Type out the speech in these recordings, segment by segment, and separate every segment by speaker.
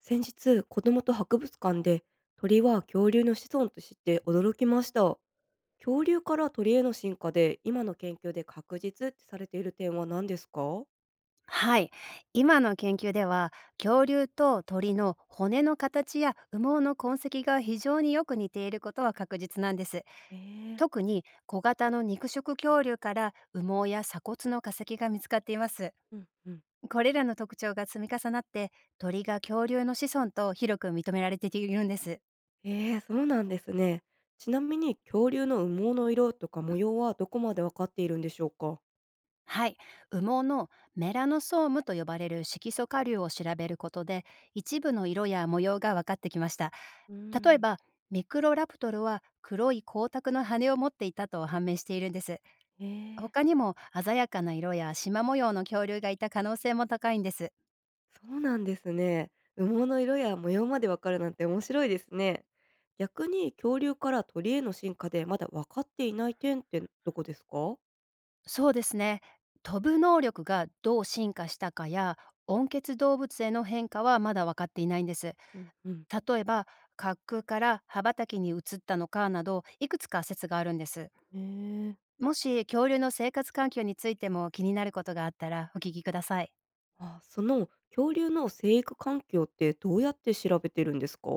Speaker 1: 先日、子供と博物館で鳥は恐竜の子孫と知って驚きました。恐竜から鳥への進化で今の研究で確実ってされている点は何ですか？
Speaker 2: はい。今の研究では、恐竜と鳥の骨の形や羽毛の痕跡が非常によく似ていることは確実なんです。
Speaker 1: えー。
Speaker 2: 特に小型の肉食恐竜から羽毛や鎖骨の化石が見つかっています。
Speaker 1: うんうん。
Speaker 2: これらの特徴が積み重なって、鳥が恐竜の子孫と広く認められているんです。
Speaker 1: えー、そうなんですね。ちなみに恐竜の羽毛の色とか模様はどこまでわかっているんでしょうか？
Speaker 2: はい、羽毛のメラノソームと呼ばれる色素顆粒を調べることで一部の色や模様が分かってきました。
Speaker 1: うー
Speaker 2: 例え
Speaker 1: ん。
Speaker 2: ばミクロラプトルは黒い光沢の羽を持っていたと判明しているんです。
Speaker 1: えー。
Speaker 2: 他にも鮮やかな色や縞模様の恐竜がいた可能性も高いんです。
Speaker 1: そうなんですね。羽毛の色や模様までわかるなんて面白いですね。逆に恐竜から鳥への進化でまだ分かっていない点ってどこですか？
Speaker 2: そうですね、飛ぶ能力がどう進化したかや温血動物への変化はまだ分かっていないんです。
Speaker 1: うんうん。
Speaker 2: 例えば滑空から羽ばたきに移ったのかなどいくつか説があるんです。
Speaker 1: へえ。
Speaker 2: もし恐竜の生活環境についても気になることがあったらお聞きください。
Speaker 1: あ、その恐竜の生育環境ってどうやって調べてるんですか？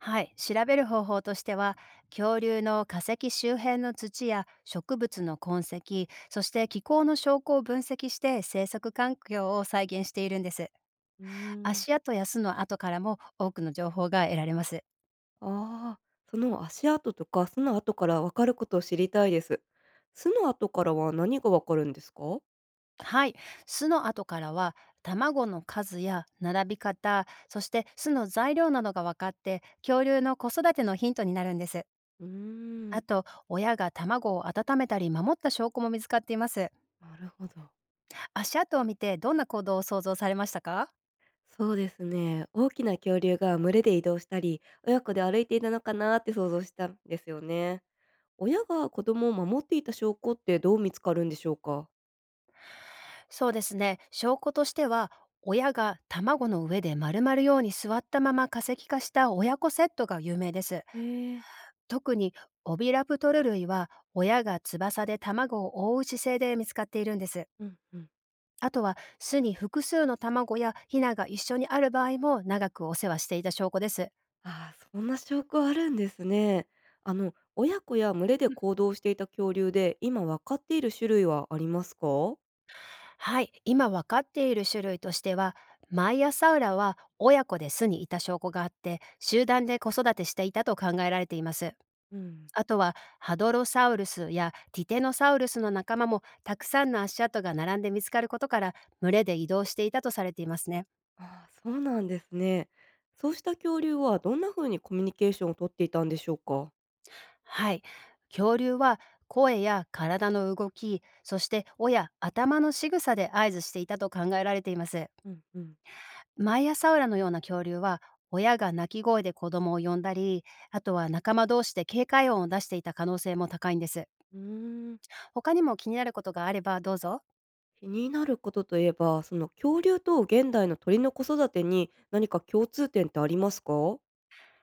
Speaker 2: はい、調べる方法としては恐竜の化石周辺の土や植物の痕跡、そして気候の証拠を分析して生息環境を再現しているんです。
Speaker 1: うーん。
Speaker 2: 足跡や巣の跡からも多くの情報が得られます。
Speaker 1: ああ、その足跡とか巣の跡からわかることを知りたいです。巣の跡からは何がわかるんですか？
Speaker 2: はい。巣の後からは、卵の数や並び方、そして巣の材料などが分かって、恐竜の子育てのヒントになるんです。
Speaker 1: うー
Speaker 2: あ
Speaker 1: ん。
Speaker 2: と、親が卵を温めたり守った証拠も見つかっています。
Speaker 1: なるほど。
Speaker 2: 足跡を見てどんな行動を想像されましたか？
Speaker 1: そうですね。大きな恐竜が群れで移動したり、親子で歩いていたのかなって想像したんですよね。親が子供を守っていた証拠ってどう見つかるんでしょうか？
Speaker 2: そうですね。証拠としては、親が卵の上で丸まるように座ったまま化石化した親子セットが有名です。
Speaker 1: ええ。
Speaker 2: 特にオビラプトル類は親が翼で卵を覆う姿勢で見つかっているんです。
Speaker 1: うんうん。
Speaker 2: あとは巣に複数の卵やヒナが一緒にある場合も長くお世話していた証拠です。
Speaker 1: ああ、そんな証拠あるんですね。あの、親子や群れで行動していた恐竜で、今わかっている種類はありますか？
Speaker 2: はい、今わかっている種類としては、マイアサウラは親子で巣にいた証拠があって、集団で子育てしていたと考えられています。
Speaker 1: うん。
Speaker 2: あとはハドロサウルスやティテノサウルスの仲間もたくさんの足跡が並んで見つかることから、群れで移動していたとされていますね。
Speaker 1: ああ、そうなんですね。そうした恐竜はどんな風にコミュニケーションをとっていたんでしょうか？
Speaker 2: はい。恐竜は声や体の動き、そして尾や頭の仕草で合図していたと考えられています。
Speaker 1: うんうん。
Speaker 2: マイアサウラのような恐竜は、親が鳴き声で子供を呼んだり、あとは仲間同士で警戒音を出していた可能性も高いんです。
Speaker 1: うーん。
Speaker 2: 他にも気になることがあればどうぞ。
Speaker 1: 気になることといえば、その恐竜と現代の鳥の子育てに何か共通点ってありますか？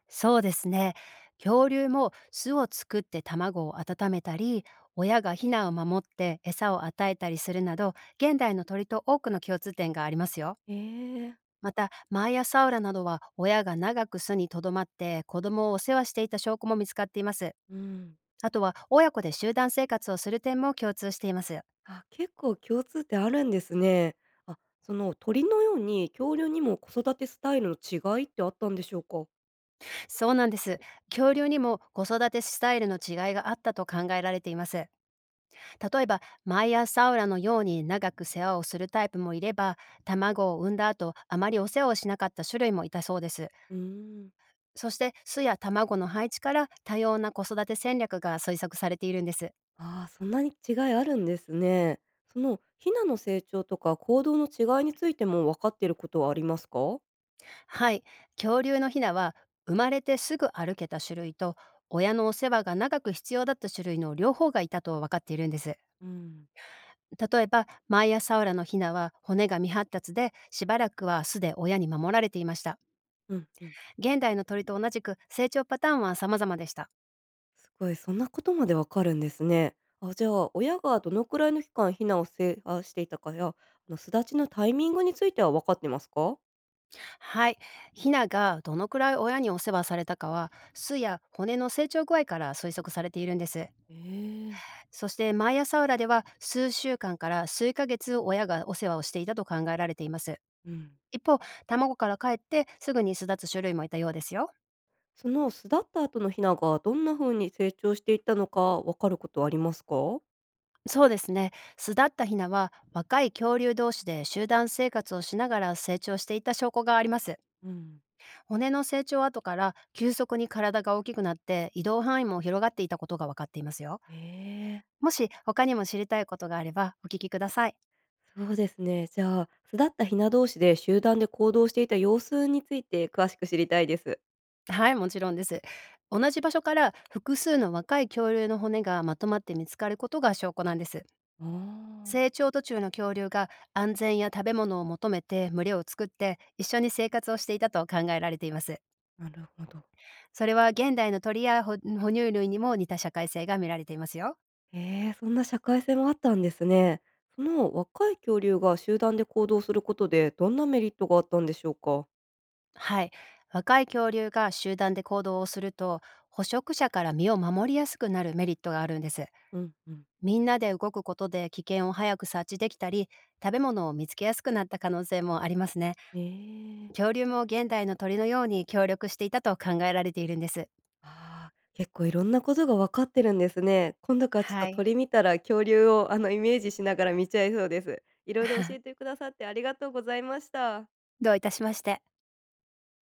Speaker 2: そうですね。恐竜も巣を作って卵を温めたり、親がヒナを守って餌を与えたりするなど、現代の鳥と多くの共通点がありますよ。
Speaker 1: ええ。
Speaker 2: また、マーヤサウラなどは親が長く巣にとどまって子供をお世話していた証拠も見つかっています。
Speaker 1: うん。
Speaker 2: あとは親子で集団生活をする点も共通しています。
Speaker 1: あ、結構共通点あるんですね。あ、その鳥のように恐竜にも子育てスタイルの違いってあったんでしょうか？
Speaker 2: そうなんです。恐竜にも子育てスタイルの違いがあったと考えられています。例えば、マイヤーサウラのように長く世話をするタイプもいれば、卵を産んだ後、あまりお世話をしなかった種類もいたそうです。
Speaker 1: うーん。
Speaker 2: そして、巣や卵の配置から多様な子育て戦略が推測されているんです。
Speaker 1: ああ、そんなに違いあるんですね。そのヒナの成長とか行動の違いについても分かっていることはありますか？
Speaker 2: はい、恐竜のヒナは生まれてすぐ歩けた種類と親のお世話が長く必要だった種類の両方がいたと分かっているんです。
Speaker 1: うん。
Speaker 2: 例えばマイアサウラのヒナは骨が未発達でしばらくは巣で親に守られていました。
Speaker 1: うんうん。
Speaker 2: 現代の鳥と同じく成長パターンは様々でした。
Speaker 1: すごい、そんなことまでわかるんですね。あ、じゃあ、親がどのくらいの期間避難をしていたかや、巣立ちのタイミングについては分かってますか？
Speaker 2: はい、ヒナがどのくらい親にお世話されたかは巣や骨の成長具合から推測されているんです。
Speaker 1: ええ。
Speaker 2: そしてマイアサウラでは数週間から数ヶ月親がお世話をしていたと考えられています。
Speaker 1: うん。
Speaker 2: 一方、卵から帰ってすぐに巣立つ種類もいたようですよ。
Speaker 1: その巣立った後のヒナがどんな風に成長していったのか分かることはありますか？
Speaker 2: そうですね。巣立ったヒナは若い恐竜同士で集団生活をしながら成長していた証拠があります。
Speaker 1: うん。
Speaker 2: 骨の成長後から急速に体が大きくなって移動範囲も広がっていたことが分かっていますよ。
Speaker 1: ええ。
Speaker 2: もし他にも知りたいことがあればお聞きください。
Speaker 1: そうですね。じゃあ、巣立ったヒナ同士で集団で行動していた様子について詳しく知りたいです。
Speaker 2: はい、もちろんです。同じ場所から複数の若い恐竜の骨がまとまって見つかることが証拠なんです。
Speaker 1: ああ。
Speaker 2: 成長途中の恐竜が安全や食べ物を求めて群れを作って一緒に生活をしていたと考えられています。
Speaker 1: なるほど。
Speaker 2: それは現代の鳥やほ哺乳類にも似た社会性が見られていますよ。
Speaker 1: ええ、そんな社会性もあったんですね。その若い恐竜が集団で行動することで、どんなメリットがあったんでしょうか？
Speaker 2: はい。若い恐竜が集団で行動をすると捕食者から身を守りやすくなるメリットがあるんです。
Speaker 1: うんうん。
Speaker 2: みんなで動くことで危険を早く察知できたり食べ物を見つけやすくなった可能性もありますね。
Speaker 1: ええ。
Speaker 2: 恐竜も現代の鳥のように協力していたと考えられているんです。
Speaker 1: あー結構いろんなことが分かってるんですね。今度からちょっと
Speaker 2: はい。
Speaker 1: 鳥見たら恐竜をイメージしながら見ちゃいそうです。いろいろ 教えてくださってありがとうございました。
Speaker 2: どういたしまして。